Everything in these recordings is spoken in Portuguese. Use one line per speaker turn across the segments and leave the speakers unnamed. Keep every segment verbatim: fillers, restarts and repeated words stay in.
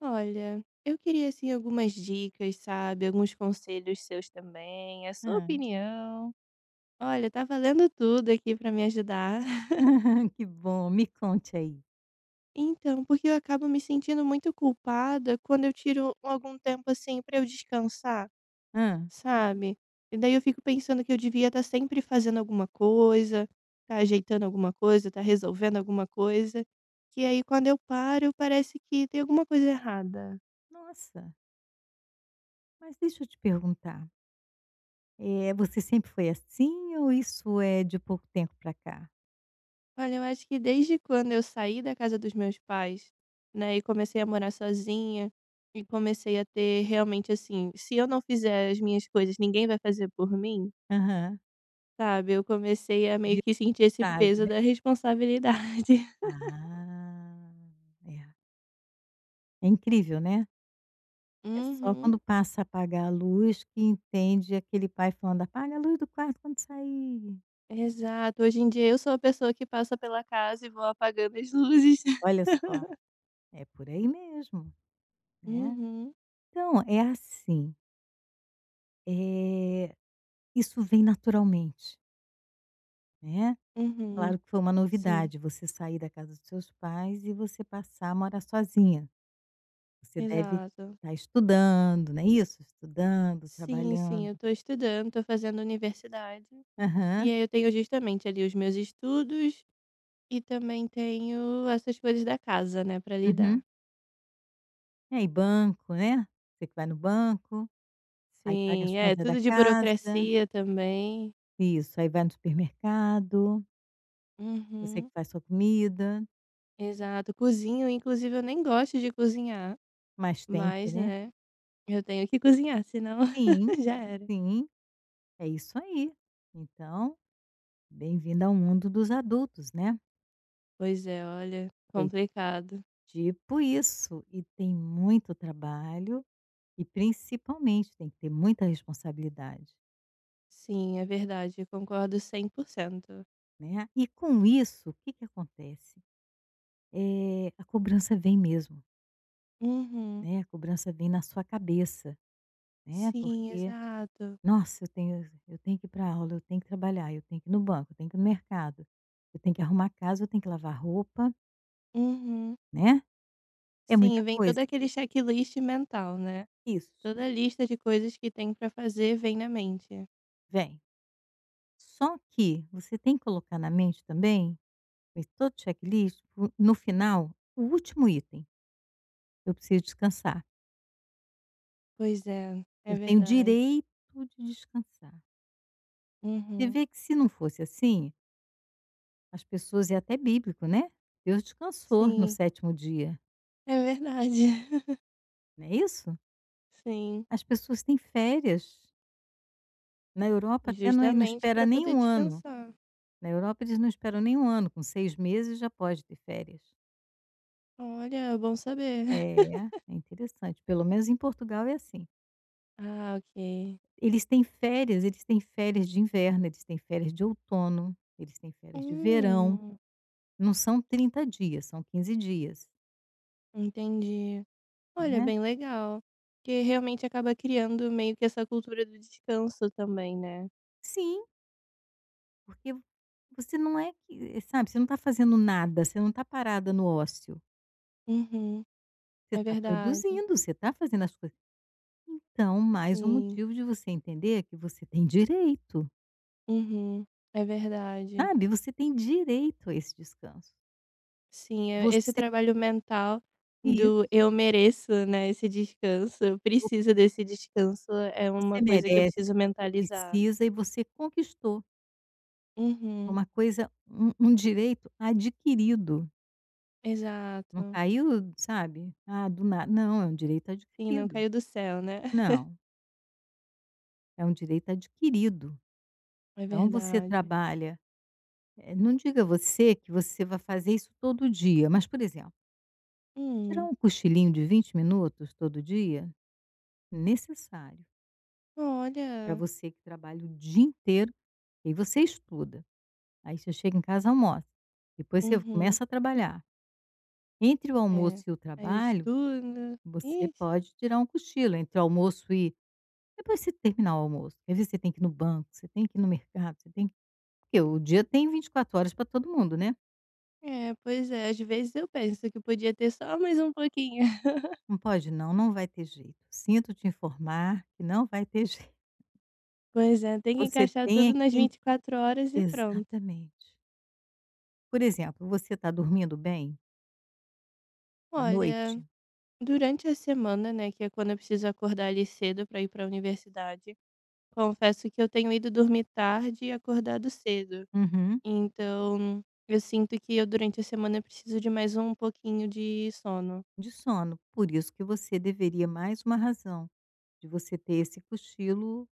Olha, eu queria assim algumas dicas, sabe, alguns conselhos seus também, a
Hã.
sua opinião. Olha, tá valendo tudo aqui pra me ajudar.
Que bom, me conte aí.
Então, porque eu acabo me sentindo muito culpada quando eu tiro algum tempo assim pra eu descansar,
Hã.
sabe? E daí eu fico pensando que eu devia estar sempre fazendo alguma coisa, tá ajeitando alguma coisa, tá resolvendo alguma coisa, que aí quando eu paro parece que tem alguma coisa errada.
Nossa, mas deixa eu te perguntar, eh, você sempre foi assim ou isso é de pouco tempo para cá?
Olha, eu acho que desde quando eu saí da casa dos meus pais, né, e comecei a morar sozinha, e comecei a ter realmente assim, se eu não fizer as minhas coisas, ninguém vai fazer por mim,
Aham.
sabe? Eu comecei a meio
De
que sentir esse
chave,
peso
né.
da responsabilidade.
Ah, é. É incrível, né. É só
Uhum.
quando passa a apagar a luz que entende aquele pai falando: "Apaga a luz do quarto quando sair".
Exato. Hoje em dia eu sou a pessoa que passa pela casa e vou apagando as luzes.
Olha só, é por aí mesmo, né.
Uhum.
Então, é assim, eh, isso vem naturalmente, né.
Uhum.
Claro que foi uma
Sim.
novidade você sair da casa dos seus pais e você passar a morar sozinha. Você deve
Exato.
estar estudando, não é isso? Estudando,
Sim, sim,
trabalhando.
eu tô estudando, tô fazendo universidade. E
Aham,
aí eu tenho justamente ali os meus estudos e também tenho essas coisas da casa, né, pra
uhum.
lidar.
É, e aí, banco, né? Você que vai no banco, aí paga as
Sim, é
contas da
tudo de
casa,
burocracia também.
isso, aí vai no supermercado, você
Uhum,
que faz sua comida,
exato. Cozinho, inclusive eu nem gosto de cozinhar,
mas tem que,
mas,
né?
né, eu tenho que cozinhar, senão
Sim,
já era.
sim, é isso aí. Então, bem vindo ao mundo dos adultos, né?
Pois é, olha,
Foi
complicado.
Tipo isso, e tem muito trabalho e principalmente tem que ter muita responsabilidade,
Sim, é verdade, eu concordo cem por cento.
né. E com isso, o que que acontece? É a cobrança vem mesmo,
Uhum.
né, a cobrança vem na sua cabeça, né,
Sim,
porque:
exato.
"Nossa, eu tenho eu tenho que ir pra aula, eu tenho que trabalhar, eu tenho que ir no banco, eu tenho que ir no mercado, eu tenho que arrumar a casa, eu tenho que lavar roupa",
Uhum.
né. É muita
Sim, vem
coisa.
todo aquele checklist mental, né?
Isso,
Toda lista de coisas que tem pra fazer vem na mente.
vem. Só que você tem que colocar na mente também. Mas todo checklist, o no final, o último item, eu preciso descansar.
Pois é, é
Eu tenho
verdade.
direito de descansar. Você
Uhum.
vê que se não fosse assim, as pessoas, é até bíblico, né, Deus descansou no
Sim,
sétimo dia,
é verdade.
não é isso?
Sim,
As pessoas têm férias. Na Europa até não é não
justamente
espera
para
nem
poder
um ano.
descansar.
Na Europa eles não esperam nem um ano, com seis meses já pode ter férias.
Olha, bom saber.
É, é interessante, pelo menos em Portugal é assim.
Ah, ok.
Eles têm férias, eles têm férias de inverno, eles têm férias de outono, eles têm férias de verão.
Hum,
Não são trinta dias, são quinze dias,
entendi. Olha,
né.
bem legal. Que realmente acaba criando meio que essa cultura do descanso também, né?
Sim, porque você não é que eh, sabe, você não está fazendo nada, você não está parada no ócio,
Uhum,
você
é
está
verdade.
produzindo, você está fazendo as coisas. Então, mais um
Sim,
motivo de você entender que você tem direito,
uhum, é verdade.
sabe, você tem direito a esse descanso.
Sim, eh, esse
Você
trabalho mental
Isso,
do "eu mereço", né, esse descanso, eu
é o que
preciso desse descanso, é uma
você
coisa que eu
merece,
preciso
você
mentalizar.
precisa e você conquistou. É
Uhum,
uma coisa um um direito adquirido, não
exato.
caiu, sabe, ah, do nada, não, é um direito
Sim, não
adquirido.
caiu do céu, né.
Não, é um direito adquirido.
É
Então você
verdade.
trabalha, eh, não diga você que você vai fazer isso todo dia, mas, por exemplo, tirar
Hum,
um cochilinho de vinte minutos todo dia, necessário, para
olha.
você que trabalha o dia inteiro, e você estuda, aí você chega em casa, almoça, depois você
Uhum,
começa a trabalhar. Entre o almoço
é.
e o
Aí eu
trabalho.
estudo.
Você
Ixi,
pode tirar um cochilo entre o almoço e depois você terminar o almoço. Às vezes você tem que ir no banco, você tem que ir no mercado, você tem que, porque o dia tem vinte e quatro horas para todo mundo, né.
é, pois é, às vezes eu penso que podia ter só mais um pouquinho.
Não pode não, não vai ter jeito. Sinto te informar que não vai ter jeito.
Pois é, tem que
Você
encaixar
tem é
tudo nas
que en
vinte e quatro horas e pronto.
Exatamente. Por exemplo, você está dormindo bem à noite?
Olha. Durante a semana, né, que é quando eu preciso acordar ali cedo para ir para a universidade, confesso que eu tenho ido dormir tarde e acordado cedo.
Uhum,
Então, eu sinto que eu durante a semana preciso de mais um pouquinho de sono.
de sono. Por isso que você deveria, mais uma razão de você ter esse cochilo,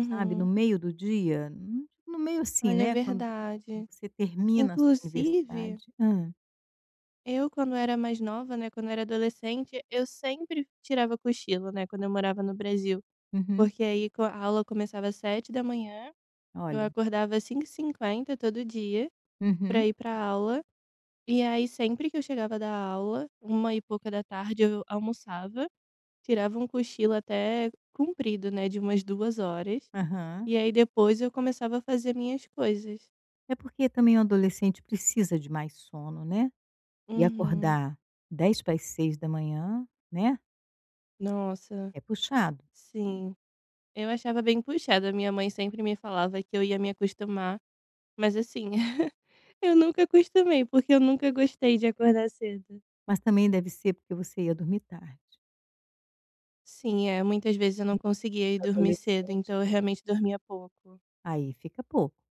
sabe, no meio do dia, hum, no meio assim,
Olha, é
né, quando. Quando
verdade.
você termina a sua
Inclusive,
universidade, hã,
eu quando era mais nova, né, quando era adolescente, eu sempre tirava cochilo, né, quando eu morava no Brasil.
uhum,
Porque aí co- a aula começava às sete da manhã, eu
olha,
acordava às cinco e cinquenta todo dia
uhum,
para ir pra aula. E aí, sempre que eu chegava da aula, treze horas eu almoçava, tirava um cochilo até comprido, né, de umas duas horas,
aham.
e aí depois eu começava a fazer minhas coisas.
É porque também o adolescente precisa de mais sono, né, e
Uhum.
acordar dez para as seis da manhã, né,
Nossa,
é puxado,
sim. Eu achava bem puxado, minha mãe sempre me falava que eu ia me acostumar, mas assim, eu nunca acostumei, porque eu nunca gostei de acordar cedo.
mas também deve ser porque você ia dormir tarde.
Sim, é, muitas vezes eu não
E
conseguia ir
O
dormir cedo,
adolescente
então eu
é,
realmente dormia pouco.
aí fica pouco.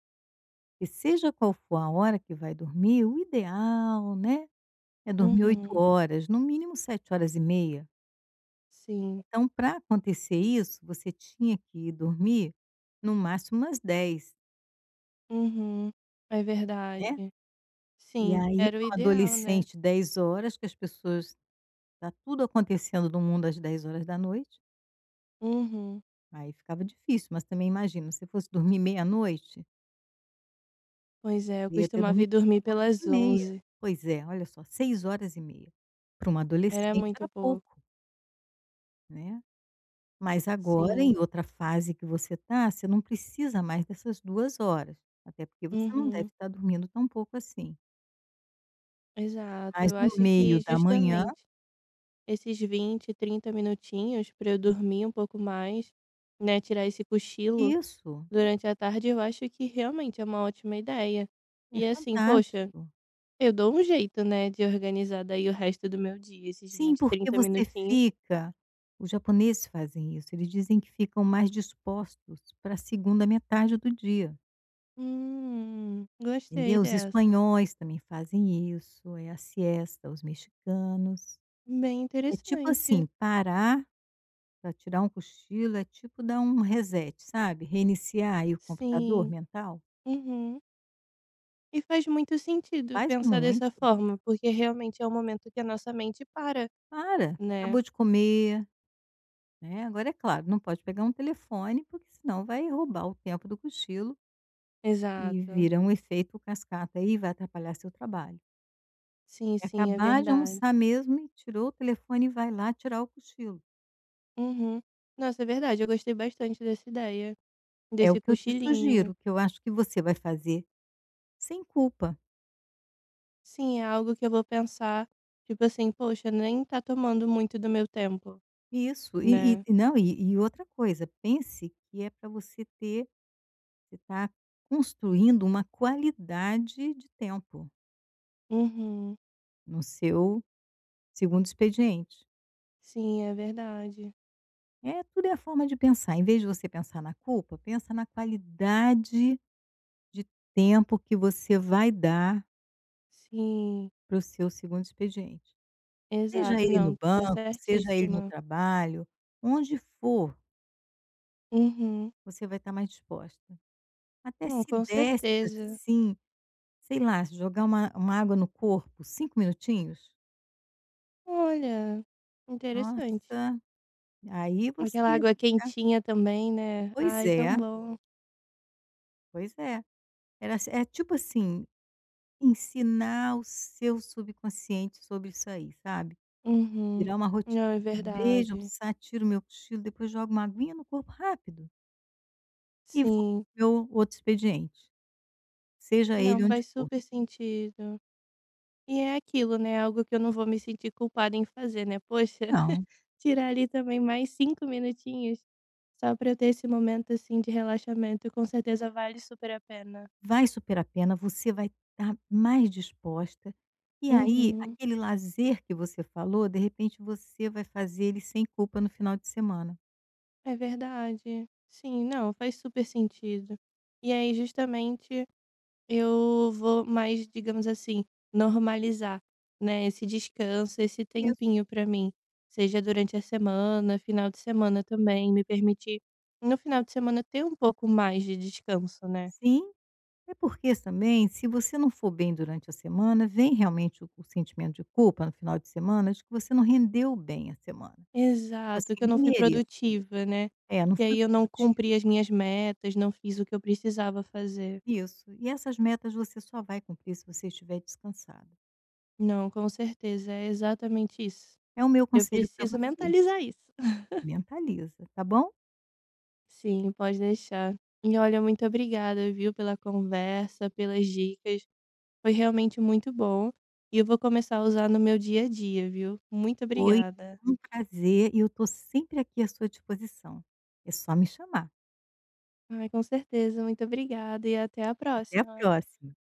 E seja qual for a hora que vai dormir, o ideal, né, é dormir oito
Uhum,
horas, no mínimo sete horas e meia.
sim.
Então, para acontecer isso, você tinha que ir dormir no máximo umas dez,
Uhum. É verdade.
né. E
Sim,
aí
era o
para um
ideal, né.
adolescente dez horas, que as pessoas, tá tudo acontecendo no mundo às dez horas da noite,
Uhum.
aí ficava difícil, mas também imagina, se fosse dormir meia-noite,
Pois é, eu
ia ter
costumava ir
dormido
dormir
cinco horas
pelas
e meia.
onze.
Pois é, olha só, seis horas e meia. Para um
Era
adolescente
muito
era
pouco.
pouco, né. Mas agora,
Sim.
em outra fase que você está, você não precisa mais dessas duas horas, até porque você não deve
Uhum.
estar dormindo tão pouco assim.
Exato.
Mas
Eu
no
acho
meio
que
da manhã,
justamente esses vinte trinta minutinhos para eu dormir um pouco mais, né, tirar esse cochilo
isso,
durante a tarde, eu acho que realmente é uma ótima ideia.
é
E assim, poxa,
fantástico.
eu dou um jeito, né, de organizar daí o resto do meu dia, esses
Sim,
vinte
porque
trinta
você
minutinhos.
fica, os japoneses fazem isso, eles dizem que ficam mais dispostos para a segunda metade do dia,
Hum, gostei
entendeu. Os
dessa.
espanhóis também fazem isso, é a siesta, os mexicanos.
Bem
É tipo assim,
interessante.
parar para tirar um cochilo é tipo dar um reset, sabe, reiniciar aí o computador
Sim.
mental.
Uhum. E faz muito sentido
Faz
pensar dessa
muito.
forma, porque realmente é o momento que a nossa mente para,
Para,
né?
acabou de comer, né, agora é claro, não pode pegar um telefone, porque senão vai roubar o tempo do cochilo e
Exato.
vira um efeito cascata aí, e vai atrapalhar seu trabalho.
Sim,
É
sim, é
acabar de
verdade.
almoçar mesmo e tirou o telefone e vai lá tirar o cochilo.
Uhum. Nossa, é verdade. Eu gostei bastante dessa ideia,
É o
desse
que eu te
cochilinho.
sugiro, que eu acho que você vai fazer sem culpa.
Sim, é algo que eu vou pensar, tipo assim, poxa, nem tá tomando muito do meu tempo,
Isso, e e
né?
e não, e e outra coisa, pense que é para você ter. Você está construindo uma qualidade de tempo
Uhum.
no seu segundo expediente.
Sim, é verdade.
É, tudo é a forma de pensar. Em vez de você pensar na culpa, pensa na qualidade de tempo que você vai dar
Sim.
para o seu segundo expediente. Seja
Exato,
ele no
não, tá
banco, seja ele no
certíssima.
trabalho, onde for,
Uhum.
você vai estar mais disposta. Até
Não,
se
com
desse
certeza.
assim, sei lá, jogar uma, uma água no corpo, cinco minutinhos,
Olha, interessante.
nossa, aí você
Aquela
ia
água
ficar.
quentinha também, né.
Pois
Ai, tão
é,
bom.
pois é. Era é tipo assim, ensinar o seu subconsciente sobre isso aí, sabe.
Uhum.
Virar uma rotina.
Não, é
Acabei de
verdade.
almoçar, tiro meu cochilo, depois jogo uma aguinha no corpo rápido e vou
Sim.
para meu outro expediente, seja
Não,
ele onde
faz
for.
super sentido. E é aquilo, né, algo que eu não vou me sentir culpada em fazer, né. Poxa,
Não,
tirar ali também mais cinco minutinhos, só pra eu ter esse momento, assim, de relaxamento, com certeza vale super a pena.
vai super a pena, você vai estar mais disposta, e aí
Uhum.
aquele lazer que você falou, de repente você vai fazer ele sem culpa no final de semana.
É verdade. Sim, não, faz super sentido. E aí, justamente, eu vou mais, digamos assim, normalizar, né, esse descanso, esse
Isso.
tempinho pra mim, seja durante a semana, final de semana também, me permitir no final de semana ter um pouco mais de descanso, né?
Sim. É porque também, se você não for bem durante a semana, vem realmente o, o sentimento de culpa no final de semana de que você não rendeu bem a semana. Tipo
Exato,
assim,
que eu não
nem
fui
mereço.
produtiva, né?
É, não
Que
fui
aí eu não
produtivo.
cumpri as minhas metas, não fiz o que eu precisava fazer.
Isso. E essas metas você só vai cumprir se você estiver descansado.
Não, com certeza, é exatamente isso.
É o meu
Eu
conselho para
preciso
você.
mentalizar isso.
Mentaliza, tá bom?
Sim, pode deixar. E olha, muito obrigada, viu, pela conversa, pelas dicas. Foi realmente muito bom. E eu vou começar a usar no meu dia a dia, viu? Muito
Foi
obrigada.
um prazer e eu estou sempre aqui à sua disposição. É só me chamar.
Ai, com certeza, muito obrigada e até a
Até a
próxima.
próxima.